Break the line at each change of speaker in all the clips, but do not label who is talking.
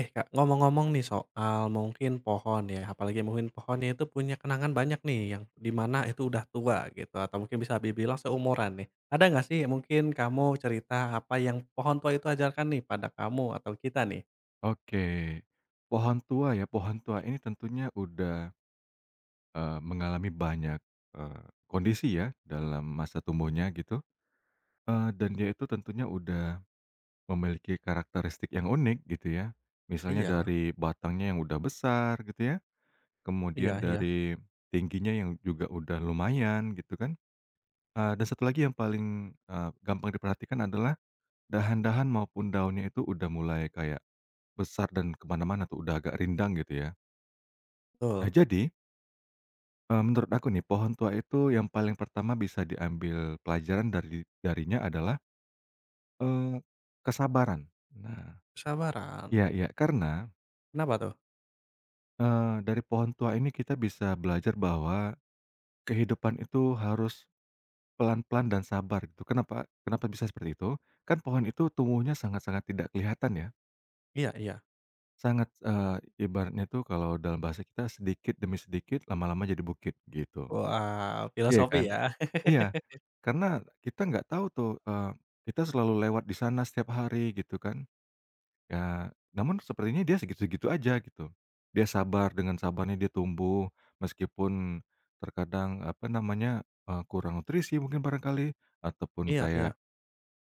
Eh, Kak, ngomong-ngomong nih soal mungkin pohon ya, apalagi mungkin pohonnya itu punya kenangan banyak nih yang di mana itu udah tua gitu atau mungkin bisa dibilang seumuran nih. Ada nggak sih mungkin kamu cerita apa yang pohon tua itu ajarkan nih pada kamu atau kita nih?
Oke, pohon tua ya, pohon tua ini tentunya udah, mengalami banyak, eee, kondisi ya dalam masa tumbuhnya gitu. Dan dia itu tentunya udah memiliki karakteristik yang unik gitu ya. Misalnya
Iya.
dari batangnya yang udah besar gitu ya,
Iya
kemudian
iya,
dari tingginya yang juga udah lumayan gitu kan. Dan satu lagi yang paling, gampang diperhatikan adalah dahan-dahan maupun daunnya itu udah mulai kayak besar dan kemana mana tuh, udah agak rindang gitu ya. Nah,
betul.
jadi, menurut aku nih, pohon tua itu yang paling pertama bisa diambil pelajaran darinya adalah, eee, kesabaran. Nah,
Kesabaran.
iya iya, karena,
Kenapa tuh?
dari pohon tua ini kita bisa belajar bahwa kehidupan itu harus pelan-pelan dan sabar gitu. Kenapa kenapa bisa seperti itu? Kan pohon itu tumbuhnya sangat-sangat tidak kelihatan ya,
Iya iya.
sangat, ibaratnya tuh kalau dalam bahasa kita sedikit demi sedikit, lama-lama jadi bukit, gitu.
Wah,
Iya
filosofi
kan?
ya.
Iya, karena kita nggak tahu tuh, kita selalu lewat di sana setiap hari gitu kan, ya namun sepertinya dia segitu-segitu aja gitu. Dia sabar, dengan sabarnya dia tumbuh, meskipun terkadang, apa namanya, kurang nutrisi mungkin barangkali, ataupun
Iya iya.
kayak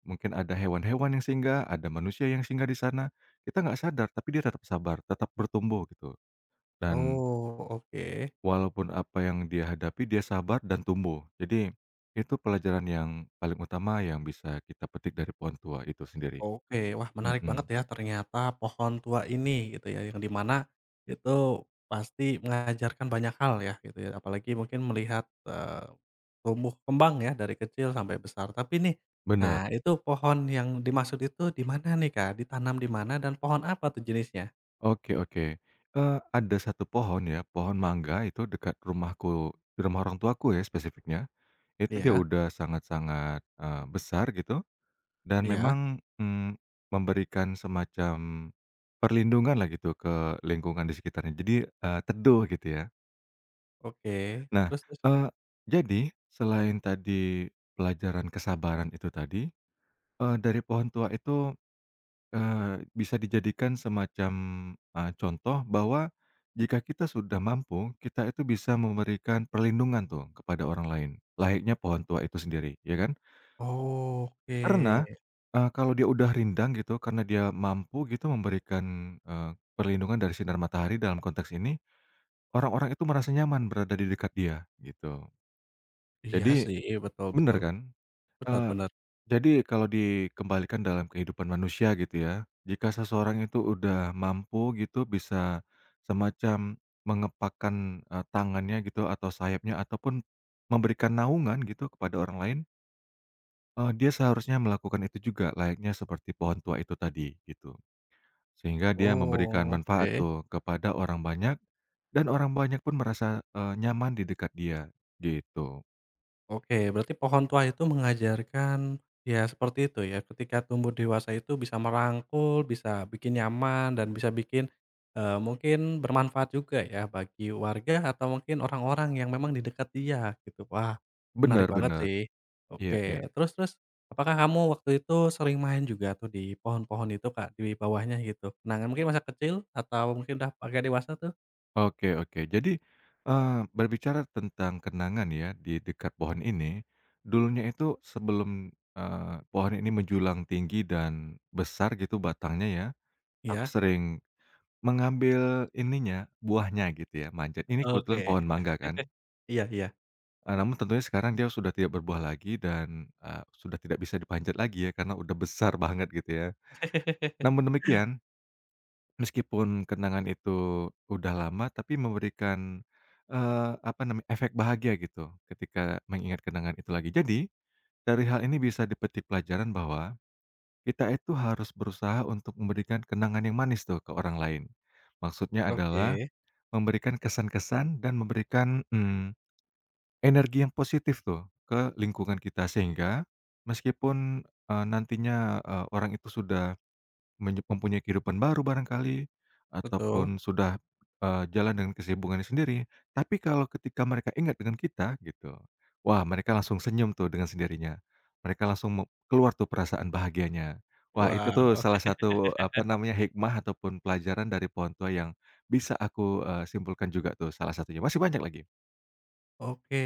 mungkin ada hewan-hewan yang singgah, ada manusia yang singgah di sana, kita nggak sadar tapi dia tetap sabar, tetap bertumbuh gitu dan
Oh, oke.
walaupun apa yang dia hadapi, dia sabar dan tumbuh. Jadi, itu pelajaran yang paling utama yang bisa kita petik dari pohon tua itu sendiri.
Oke, wah menarik banget
Mhm,
ya ternyata pohon tua ini gitu ya, yang di mana itu pasti mengajarkan banyak hal ya gitu ya, apalagi mungkin melihat, tumbuh kembang ya dari kecil sampai besar. Tapi nih,
bener.
nah itu pohon yang dimaksud itu di mana nih, Kak? Ditanam di mana dan pohon apa tuh jenisnya?
Oke oke. Ada satu pohon ya, pohon mangga itu dekat rumahku, di rumah orang tuaku ya spesifiknya. Itu dia
Iya
udah sangat-sangat, besar gitu dan
iya,
memang, memberikan semacam perlindunganlah gitu ke lingkungan di sekitarnya. Jadi, teduh gitu ya.
oke,
Nah,
terus terus?
eee, jadi selain tadi pelajaran kesabaran itu tadi, dari pohon tua itu, bisa dijadikan semacam, contoh bahwa jika kita sudah mampu, kita itu bisa memberikan perlindungan tuh kepada orang lain, layaknya pohon tua itu sendiri, ya kan?
Oke,
Karena, kalau dia udah rindang gitu, karena dia mampu gitu memberikan, perlindungan dari sinar matahari dalam konteks ini, orang-orang itu merasa nyaman berada di dekat dia, gitu.
iya
Jadi
sih, betul
bener
betul,
kan?
benar
Eee,
benar,
jadi kalau dikembalikan dalam kehidupan manusia gitu ya, jika seseorang itu udah mampu gitu bisa semacam mengepakkan, tangannya gitu atau sayapnya ataupun memberikan naungan gitu kepada orang lain, dia seharusnya melakukan itu juga layaknya seperti pohon tua itu tadi gitu. Sehingga dia memberikan manfaat
oke.
tuh kepada orang banyak dan orang banyak pun merasa, nyaman di dekat dia gitu.
Oke, berarti pohon tua itu mengajarkan ya seperti itu ya, ketika tumbuh dewasa itu bisa merangkul, bisa bikin nyaman, dan bisa bikin mungkin bermanfaat juga ya bagi warga atau mungkin orang-orang yang memang di dekat dia gitu. Wah, menarik
Bener
banget
bener,
sih. Oke,
iya iya.
terus terus apakah kamu waktu itu sering main juga tuh di pohon-pohon itu, Kak, di bawahnya gitu? Kenangan mungkin masa kecil atau mungkin udah agak dewasa tuh?
Oke oke. Jadi, berbicara tentang kenangan ya di dekat pohon ini, dulunya itu sebelum, pohon ini menjulang tinggi dan besar gitu batangnya ya, aku
Iya?
sering mengambil ininya, buahnya gitu ya, manjat. Ini kebetulan
Oke,
pohon mangga kan,
iya iya.
namun tentunya sekarang dia sudah tidak berbuah lagi dan, sudah tidak bisa dipanjat lagi ya karena udah besar banget gitu ya. Namun demikian, meskipun kenangan itu udah lama, tapi memberikan, apa namanya, efek bahagia gitu ketika mengingat kenangan itu lagi. Jadi, dari hal ini bisa dipetik pelajaran bahwa kita itu harus berusaha untuk memberikan kenangan yang manis tuh ke orang lain. Maksudnya adalah
Oke,
memberikan kesan-kesan dan memberikan, energi yang positif tuh ke lingkungan kita, sehingga meskipun, nantinya, orang itu sudah mempunyai kehidupan baru barangkali,
betul.
ataupun sudah, jalan dengan kesibukannya sendiri. Tapi kalau ketika mereka ingat dengan kita gitu, wah mereka langsung senyum tuh dengan sendirinya. Mereka langsung keluar tuh perasaan bahagianya. Wah itu tuh
Wah,
salah satu, apa namanya, hikmah ataupun pelajaran dari pohon tua yang bisa aku, simpulkan juga tuh salah satunya. Masih banyak lagi.
oke.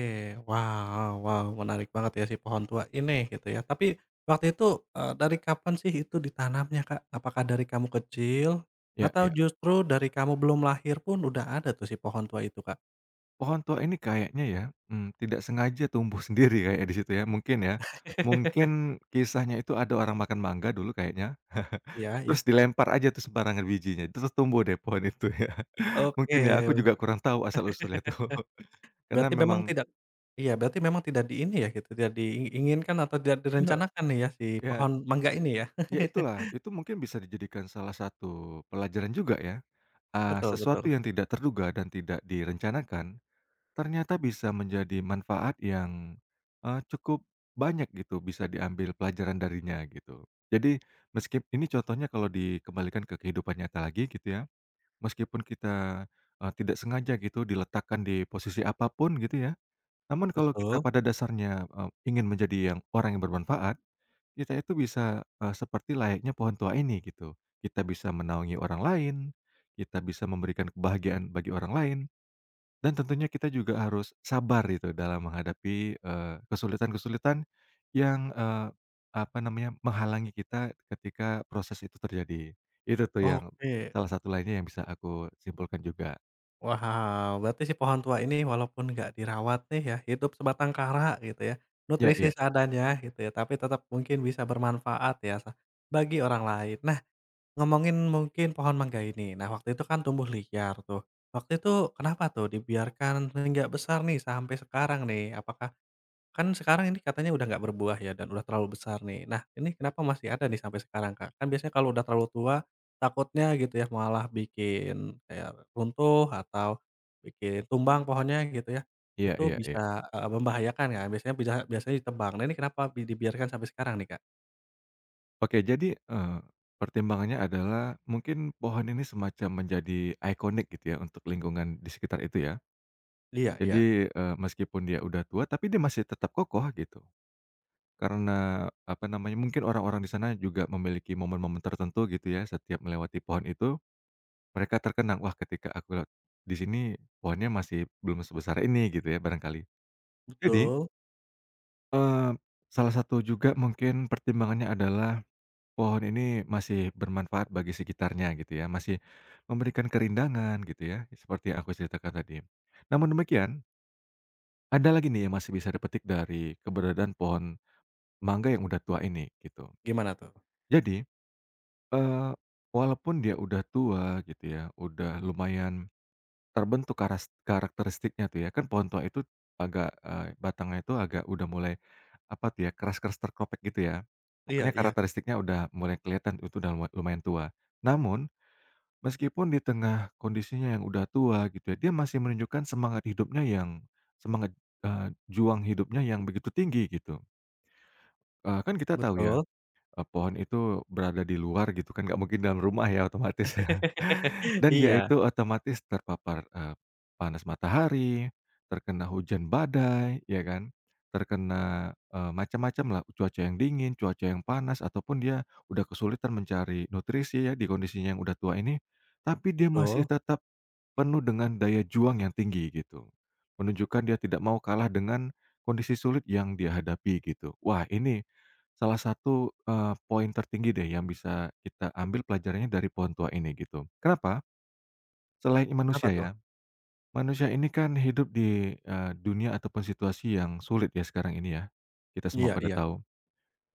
Wow wow, menarik banget ya si pohon tua ini gitu ya. Tapi waktu itu, dari kapan sih itu ditanamnya, Kak? Apakah dari kamu kecil
Ya,
atau
ya.
justru dari kamu belum lahir pun udah ada tuh si pohon tua itu, Kak?
Pohon tua ini kayaknya ya, tidak sengaja tumbuh sendiri kayaknya di situ ya. Mungkin kisahnya itu ada orang makan mangga dulu kayaknya,
Iya
terus
ya.
dilempar aja tuh sembarangan bijinya, terus tumbuh deh pohon itu ya.
Oke,
Mungkin ya, aku juga kurang tahu asal-usulnya tuh. Karena
berarti memang
memang
tidak iya, berarti memang tidak di ini ya gitu, tidak diinginkan atau tidak
ya,
direncanakan nih ya si
ya,
pohon mangga ini ya?
ya itulah, itu mungkin bisa dijadikan salah satu pelajaran juga ya,
Betul betul.
sesuatu yang tidak terduga dan tidak direncanakan ternyata bisa menjadi manfaat yang, cukup banyak gitu, bisa diambil pelajaran darinya gitu. Jadi meskipun ini contohnya kalau dikembalikan ke kehidupan nyata lagi gitu ya, meskipun kita, tidak sengaja gitu diletakkan di posisi apapun gitu ya, namun kalau kita
Betul,
pada dasarnya, ingin menjadi yang orang yang bermanfaat, kita itu bisa, seperti layaknya pohon tua ini gitu. Kita bisa menaungi orang lain, kita bisa memberikan kebahagiaan bagi orang lain. Dan tentunya kita juga harus sabar gitu dalam menghadapi, kesulitan-kesulitan yang, apa namanya, menghalangi kita ketika proses itu terjadi. Itu tuh yang
oke.
salah satu lainnya yang bisa aku simpulkan juga.
Wow, berarti si pohon tua ini walaupun nggak dirawat nih ya, hidup sebatang kara gitu ya,
Ya,
nutrisi
iya.
seadanya gitu ya, tapi tetap mungkin bisa bermanfaat ya sa bagi orang lain. Nah, ngomongin mungkin pohon mangga ini, nah waktu itu kan tumbuh liar tuh, waktu itu kenapa tuh dibiarkan hingga besar nih sampai sekarang nih? Apakah Kan sekarang ini katanya udah nggak berbuah ya dan udah terlalu besar nih. Nah, ini kenapa masih ada nih sampai sekarang, Kak? Kan biasanya kalau udah terlalu tua, takutnya gitu ya malah bikin kayak runtuh atau bikin tumbang pohonnya gitu ya.
Iya
Itu
iya
bisa,
iya.
membahayakan kan, biasanya biasanya ditebang. Nah, ini kenapa dibiarkan sampai sekarang nih, Kak?
Oke, jadi, pertimbangannya adalah mungkin pohon ini semacam menjadi ikonik gitu ya untuk lingkungan di sekitar itu ya.
Iya
Jadi,
iya,
meskipun dia udah tua tapi dia masih tetap kokoh gitu. Karena, apa namanya, mungkin orang-orang di sana juga memiliki momen-momen tertentu gitu ya, setiap melewati pohon itu, mereka terkenang, "Wah, ketika aku lewat di sini, pohonnya masih belum sebesar ini," gitu ya, barangkali. Jadi,
betul.
eee, salah satu juga mungkin pertimbangannya adalah pohon ini masih bermanfaat bagi sekitarnya gitu ya, masih memberikan kerindangan gitu ya, seperti yang aku ceritakan tadi. Namun demikian, ada lagi nih yang masih bisa dipetik dari keberadaan pohon mangga yang udah tua ini, gitu.
Gimana tuh?
Jadi Eee, walaupun dia udah tua gitu ya, udah lumayan terbentuk karakteristiknya tuh ya, kan pohon tua itu agak, batangnya itu agak udah mulai apa tuh ya, keras-keras terkopek gitu ya.
Iya
Pokoknya
iya,
karakteristiknya udah mulai kelihatan itu udah lumayan tua. Namun, meskipun di tengah kondisinya yang udah tua gitu ya, dia masih menunjukkan semangat hidupnya yang semangat, juang hidupnya yang begitu tinggi gitu. Kan kita tahu ya,
betul.
pohon itu berada di luar gitu kan, nggak mungkin dalam rumah ya otomatis. Dan dia
Iya,
itu otomatis terpapar, panas matahari, terkena hujan badai, ya kan, terkena, macam lah cuaca yang dingin, cuaca yang panas, ataupun dia udah kesulitan mencari nutrisi ya di kondisinya yang udah tua ini, tapi dia masih
betul.
tetap penuh dengan daya juang yang tinggi gitu. Menunjukkan dia tidak mau kalah dengan kondisi sulit yang dia hadapi gitu. Wah ini salah satu, poin tertinggi deh yang bisa kita ambil pelajarannya dari pohon tua ini gitu. Kenapa? Selain
Kenapa
manusia
tuh?
ya, manusia ini kan hidup di, dunia ataupun situasi yang sulit ya sekarang ini ya. Kita semua
Iya
pada
iya,
tahu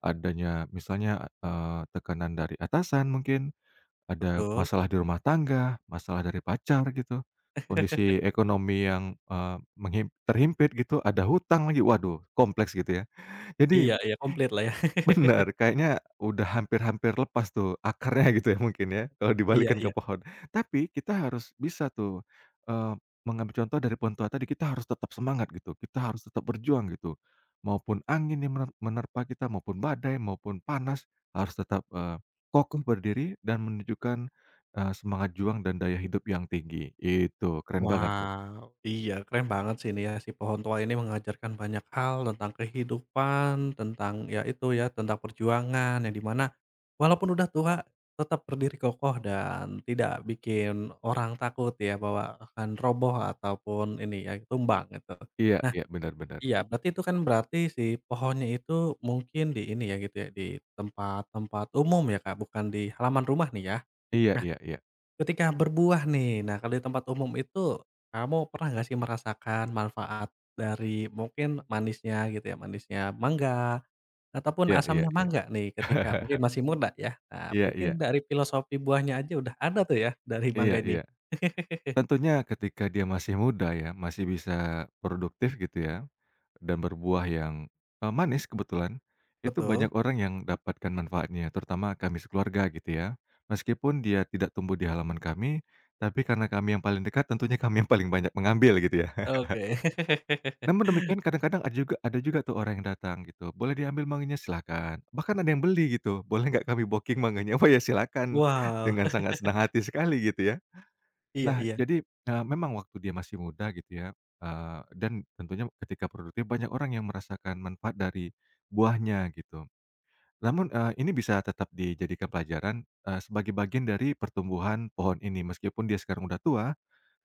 adanya misalnya, tekanan dari atasan mungkin, ada
betul.
masalah di rumah tangga, masalah dari pacar gitu, kondisi ekonomi yang, eee, menghim terhimpit gitu, ada hutang lagi, waduh kompleks gitu ya. Jadi
Iya iya, komplit lah ya.
bener, kayaknya udah hampir-hampir lepas tuh akarnya gitu ya mungkin ya, kalau
Iya
dibalikkan ke
iya.
pohon. Tapi kita harus bisa tuh, eee, mengambil contoh dari pohon tua tadi, kita harus tetap semangat gitu, kita harus tetap berjuang gitu. Maupun angin yang menerpa kita, maupun badai, maupun panas, harus tetap, kokoh berdiri dan menunjukkan, semangat juang dan daya hidup yang tinggi. Itu, keren banget tuh.
Wow, iya keren banget sih ini ya, si pohon tua ini mengajarkan banyak hal tentang kehidupan, tentang ya itu ya, tentang perjuangan yang dimana walaupun udah tua tetap berdiri kokoh dan tidak bikin orang takut ya bahwa akan roboh ataupun ini ya tumbang gitu.
Iya
Nah,
iya, benar-benar.
iya berarti itu kan berarti si pohonnya itu mungkin di ini ya gitu ya, di tempat-tempat umum ya Kak, bukan di halaman rumah nih ya? Nah
Iya iya iya.
Ketika berbuah nih, nah kalau di tempat umum itu, kamu pernah nggak sih merasakan manfaat dari mungkin manisnya gitu ya, manisnya mangga, ataupun
Iya iya
asamnya
iya.
mangga nih ketika mungkin masih muda ya. Nah
Iya iya.
mungkin dari filosofi buahnya aja udah ada tuh ya dari mangga
Iya
ini.
iya. Tentunya ketika dia masih muda ya, masih bisa produktif gitu ya, dan berbuah yang, manis kebetulan, itu banyak
Betul,
orang yang dapatkan manfaatnya, terutama kami sekeluarga gitu ya. Meskipun dia tidak tumbuh di halaman kami, tapi karena kami yang paling dekat, tentunya kami yang paling banyak mengambil gitu ya.
oke.
Namun demikian kadang-kadang ada juga tuh orang yang datang gitu, "Boleh diambil manganya?" "Silakan." Bahkan ada yang beli gitu, "Boleh nggak kami booking manganya?" "Oh ya silakan."
Wow,
Dengan sangat senang hati sekali gitu ya.
iya
Nah,
iya,
jadi, memang waktu dia masih muda gitu ya, dan tentunya ketika produktif banyak orang yang merasakan manfaat dari buahnya gitu. Namun, ini bisa tetap dijadikan pelajaran, sebagai bagian dari pertumbuhan pohon ini. Meskipun dia sekarang udah tua,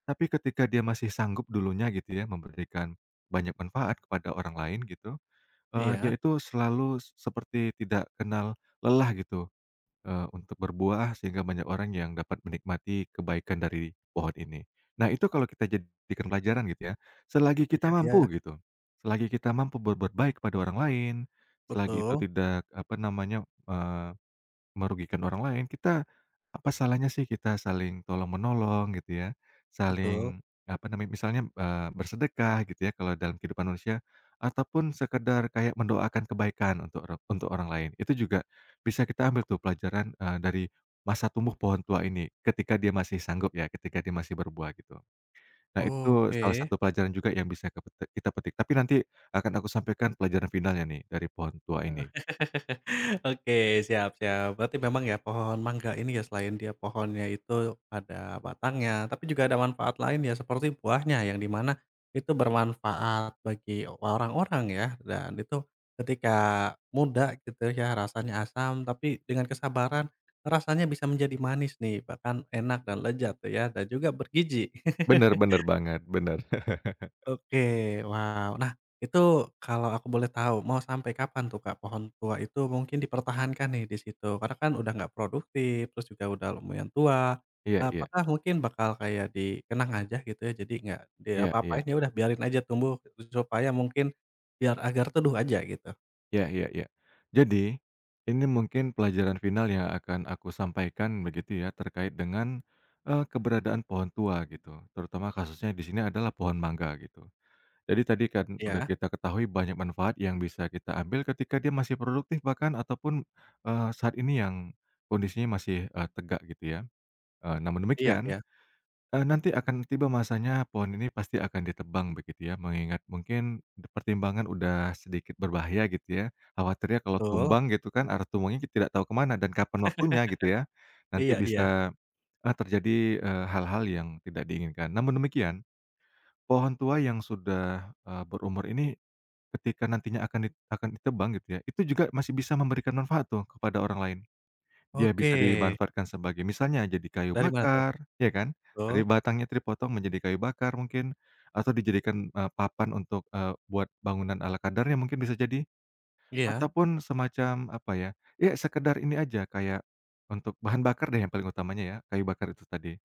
tapi ketika dia masih sanggup dulunya gitu ya memberikan banyak manfaat kepada orang lain gitu, dia
iya,
itu selalu seperti tidak kenal lelah gitu. Untuk berbuah sehingga banyak orang yang dapat menikmati kebaikan dari pohon ini. Nah, itu kalau kita jadikan pelajaran gitu ya, selagi kita
iya iya,
mampu gitu, selagi kita mampu berbuat baik pada orang lain, selagi itu
betul
tidak apa namanya, eh, merugikan orang lain, kita apa salahnya sih kita saling tolong-menolong gitu ya,
betul,
saling apa namanya, misalnya, bersedekah gitu ya kalau dalam kehidupan manusia, ataupun sekedar kayak mendoakan kebaikan untuk untuk orang lain. Itu juga bisa kita ambil tuh pelajaran, dari masa tumbuh pohon tua ini, ketika dia masih sanggup ya, ketika dia masih berbuah gitu. Nah itu
oke.
salah satu pelajaran juga yang bisa kita petik, tapi nanti akan aku sampaikan pelajaran finalnya nih dari pohon tua ini.
Oke, siap siap. Berarti memang ya pohon mangga ini ya selain dia pohonnya itu ada batangnya, tapi juga ada manfaat lain ya seperti buahnya yang dimana itu bermanfaat bagi orang-orang ya dan itu ketika muda gitu ya rasanya asam tapi dengan kesabaran rasanya bisa menjadi manis nih, bahkan enak dan lezat tuh ya dan juga bergizi.
Bener bener banget, bener.
Oke, wow. Nah, itu kalau aku boleh tahu, mau sampai kapan tuh Kak, pohon tua itu mungkin dipertahankan nih di situ? Karena kan udah nggak produktif, terus juga udah lumayan tua.
Iya iya.
Apakah mungkin bakal kayak dikenang aja gitu ya, jadi nggak
Iya iya.
diapa-apain, ya udah biarin aja tumbuh supaya mungkin biar agar teduh aja gitu?
Iya iya iya. Jadi, ini mungkin pelajaran final yang akan aku sampaikan begitu ya terkait dengan, keberadaan pohon tua gitu, terutama kasusnya di sini adalah pohon mangga gitu. Jadi tadi kan udah
Iya,
kita ketahui banyak manfaat yang bisa kita ambil ketika dia masih produktif bahkan ataupun, saat ini yang kondisinya masih, tegak gitu ya. Namun
iya
demikian,
iya,
Nanti akan tiba masanya pohon ini pasti akan ditebang begitu ya, mengingat mungkin pertimbangan udah sedikit berbahaya gitu ya. Khawatirnya kalau
betul.
tumbang gitu kan, arah tumbangnya kita tidak tahu ke mana dan kapan waktunya gitu ya. Nanti
Iya iya.
bisa, terjadi, hal-hal yang tidak diinginkan. Namun demikian, pohon tua yang sudah, berumur ini ketika nantinya akan ditebang gitu ya, itu juga masih bisa memberikan manfaat tuh kepada orang lain. Dia
Oke,
bisa dimanfaatkan sebagai misalnya jadi kayu
dari mana tuh?
bakar, ya kan?
Betul,
Dari batangnya itu dipotong menjadi kayu bakar mungkin, atau dijadikan, papan untuk, buat bangunan ala kadarnya mungkin bisa jadi,
iya.
ataupun semacam apa ya, ya sekedar ini aja kayak untuk bahan bakar deh yang paling utamanya ya, kayu bakar itu tadi.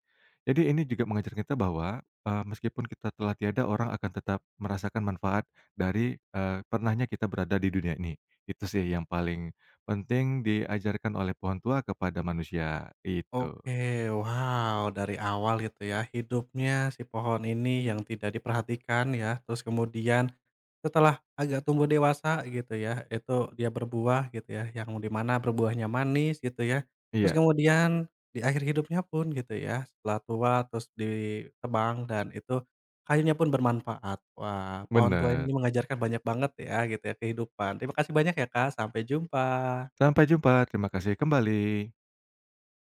Jadi ini juga mengajarkan kita bahwa, meskipun kita telah tiada, orang akan tetap merasakan manfaat dari, pernahnya kita berada di dunia ini. Itu sih yang paling penting diajarkan oleh pohon tua kepada manusia, itu.
Oke, wow, dari awal gitu ya, hidupnya si pohon ini yang tidak diperhatikan ya, terus kemudian setelah agak tumbuh dewasa gitu ya, itu dia berbuah gitu ya, yang di mana berbuahnya manis gitu ya. Terus
Iya,
kemudian di akhir hidupnya pun gitu ya, setelah tua terus ditebang dan itu kayunya pun bermanfaat. Wah, pohon tua
benar.
ini mengajarkan banyak banget ya gitu ya kehidupan. Terima kasih banyak ya Kak, sampai jumpa.
Sampai jumpa, terima kasih kembali.